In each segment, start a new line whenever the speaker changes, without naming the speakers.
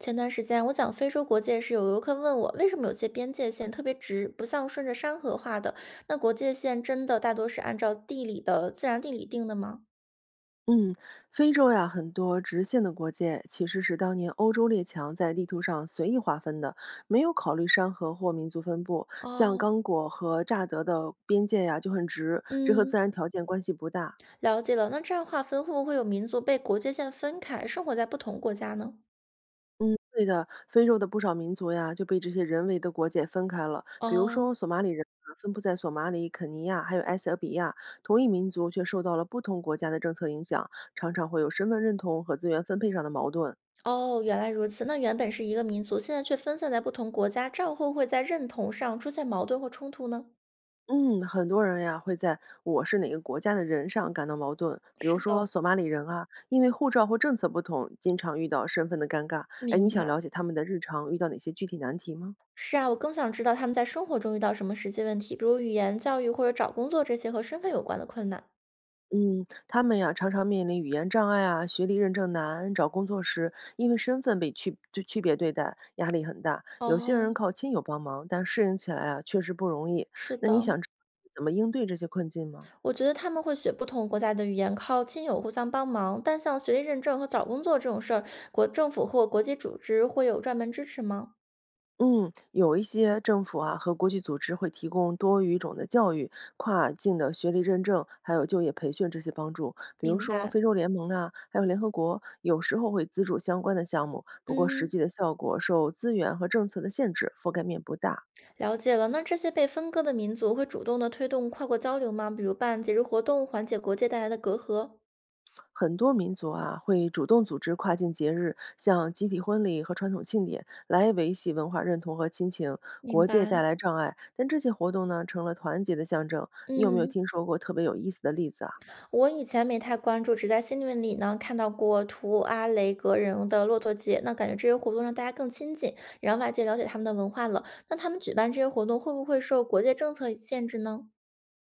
前段时间我讲非洲国界时，有游客问我为什么有些边界线特别直，不像顺着山河画的。那国界线真的大多是按照地理的自然地理定的吗？
嗯，非洲呀，很多直线的国界其实是当年欧洲列强在地图上随意划分的，没有考虑山河或民族分布。像
哦，
刚果和乍得的边界呀就很直，这和
嗯，
自然条件关系不大。
了解了。那这样划分会不会有民族被国界线分开，生活在不同国家呢？
嗯，对的，非洲的不少民族呀就被这些人为的国界分开了，比如
哦，
说索马里人啊分布在索马里、肯尼亚还有埃塞俄比亚，同一民族却受到了不同国家的政策影响，常常会有身份认同和资源分配上的矛盾。
哦，原来如此。那原本是一个民族，现在却分散在不同国家，这样会不会在认同上出现矛盾或冲突呢？
嗯，很多人呀会在“我是哪个国家的人”上感到矛盾。比如
是的，
说，索马里人啊，因为护照或政策不同，经常遇到身份的尴尬。哎，你
明
想
白。
了解他们的日常遇到哪些具体难题吗？
是啊，我更想知道他们在生活中遇到什么实际问题，比如语言、教育或者找工作这些和身份有关的困难。
嗯，他们呀常常面临语言障碍啊、学历认证难、找工作时因为身份被区别对待，压力很大。有些
哦，
人靠亲友帮忙，但适应起来啊确实不容易。
是
那你
的，
想知道怎么应对这些困境吗？
我觉得他们会学不同国家的语言，靠亲友互相帮忙。但像学历认证和找工作这种事儿，国政府或国际组织会有专门支持吗？
嗯，有一些政府啊和国际组织会提供多语种的教育、跨境的学历认证，还有就业培训这些帮助。比如
明
说
白，
非洲联盟啊，还有联合国，有时候会资助相关的项目，不过实
嗯，
际的效果受资源和政策的限制，覆盖面不大。
了解了。那这些被分割的民族会主动的推动跨国交流吗？比如办节日活动，缓解国界带来的隔阂。
很多民族啊会主动组织跨境节日，像集体婚礼和传统庆典，来维系文化认同和亲情。
明
国界带
白，
来障碍，但这些活动呢成了团结的象征。你有没有
嗯。
听说过特别有意思的例子啊？
我以前没太关注，只在新闻里呢看到过图阿雷格人的骆驼节，那感觉这些活动让大家更亲近，也让外界了解他们的文化了。那他们举办这些活动会不会受国界政策限制呢？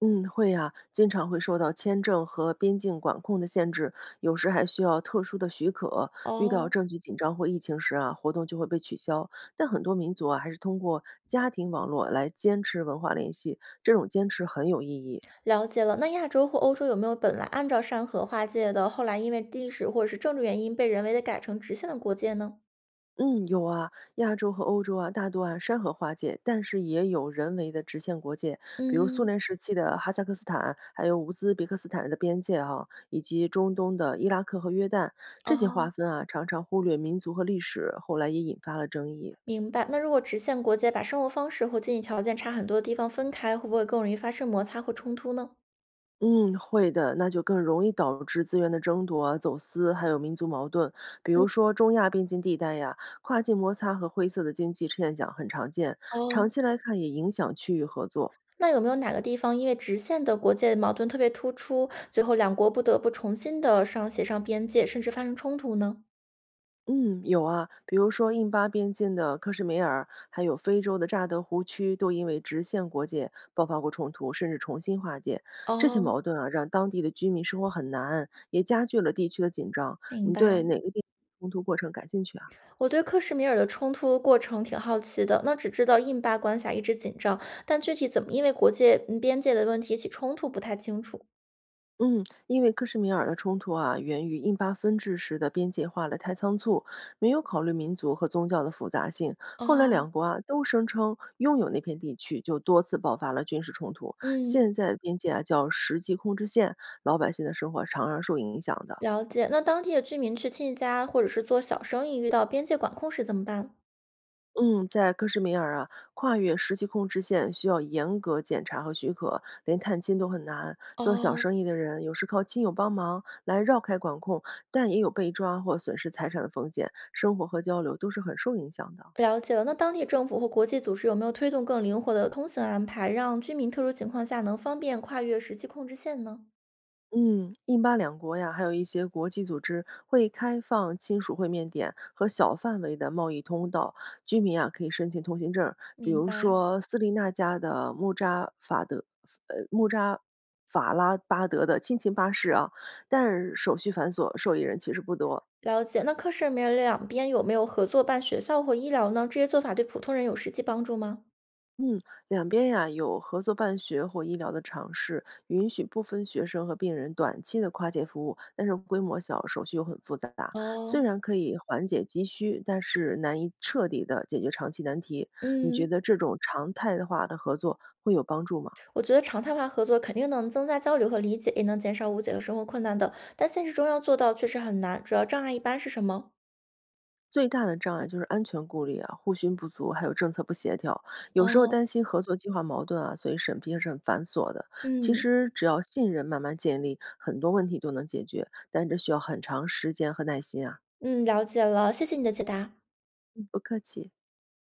嗯，会呀、经常会受到签证和边境管控的限制，有时还需要特殊的许可。遇到
哦，
证据紧张或疫情时啊，活动就会被取消。但很多民族啊，还是通过家庭网络来坚持文化联系，这种坚持很有意义。
了解了。那亚洲或欧洲有没有本来按照山河划界的，后来因为历史或者是政治原因被人为的改成直线的国界呢？
嗯，有啊，亚洲和欧洲啊，大多啊山河划界，但是也有人为的直线国界，比如苏
嗯，
联时期的哈萨克斯坦，还有乌兹别克斯坦的边界啊，以及中东的伊拉克和约旦，这些划
哦，
分啊，常常忽略民族和历史，后来也引发了争议。
明白。那如果直线国界把生活方式或经济条件差很多的地方分开，会不会更容易发生摩擦或冲突呢？
嗯，会的，那就更容易导致资源的争夺啊、走私，还有民族矛盾。比如说中亚边境地带呀，跨境摩擦和灰色的经济现象很常见，长
哦，
期来看也影响区域合作。
那有没有哪个地方因为直线的国界矛盾特别突出，最后两国不得不重新的上写上边界，甚至发生冲突呢？
嗯，有啊，比如说印巴边境的克什米尔，还有非洲的乍得湖区，都因为直线国界爆发过冲突，甚至重新划界。这些
哦，
矛盾啊，让当地的居民生活很难，也加剧了地区的紧张。
明
你对哪
白。
个地区冲突过程感兴趣啊？
我对克什米尔的冲突过程挺好奇的，那只知道印巴关系啊一直紧张，但具体怎么因为国界边界的问题起冲突不太清楚。
嗯，因为克什米尔的冲突啊，源于印巴分治时的边界化的太仓促，没有考虑民族和宗教的复杂性。后来
哦，
两国啊都声称拥有那片地区，就多次爆发了军事冲突。
嗯，
现在的边界啊叫实际控制线，老百姓的生活常常受影响的。
了解。那当地的居民去亲戚家或者是做小生意，遇到边界管控时怎么办？
嗯，在克什米尔啊，跨越实际控制线需要严格检查和许可，连探亲都很难。做小
哦，
生意的人有时靠亲友帮忙来绕开管控，但也有被抓或损失财产的风险，生活和交流都是很受影响的。
了解了，那当地政府或国际组织有没有推动更灵活的通行安排，让居民特殊情况下能方便跨越实际控制线呢？
嗯，印巴两国呀，还有一些国际组织会开放亲属会面点和小范围的贸易通道，居民啊可以申请通行证儿比
明
如
白，
说斯利那加的穆扎法德，穆扎法拉巴德的亲情巴士啊，但是手续繁琐，受益人其实不多。
了解。那克什米尔两边有没有合作办学校或医疗呢？这些做法对普通人有实际帮助吗？
嗯，两边呀有合作办学或医疗的尝试，允许部分学生和病人短期的跨界服务，但是规模小，手续又很复杂。虽
哦，
然可以缓解急需，但是难以彻底的解决长期难题。你觉
嗯，
得这种常态化的合作会有帮助吗？
我觉得常态化合作肯定能增加交流和理解，也能减少误解和生活困难的，但现实中要做到确实很难。主要障碍一般是什么？
最大的障碍就是安全顾虑啊、互询不足，还有政策不协调。有时候
哦，
担心合作计划矛盾啊，所以审批还是很繁琐的。其
嗯
实只要信任慢慢建立，很多问题都能解决，但这需要很长时间和耐心啊。
嗯，了解了，谢谢你的解答。
嗯不客气。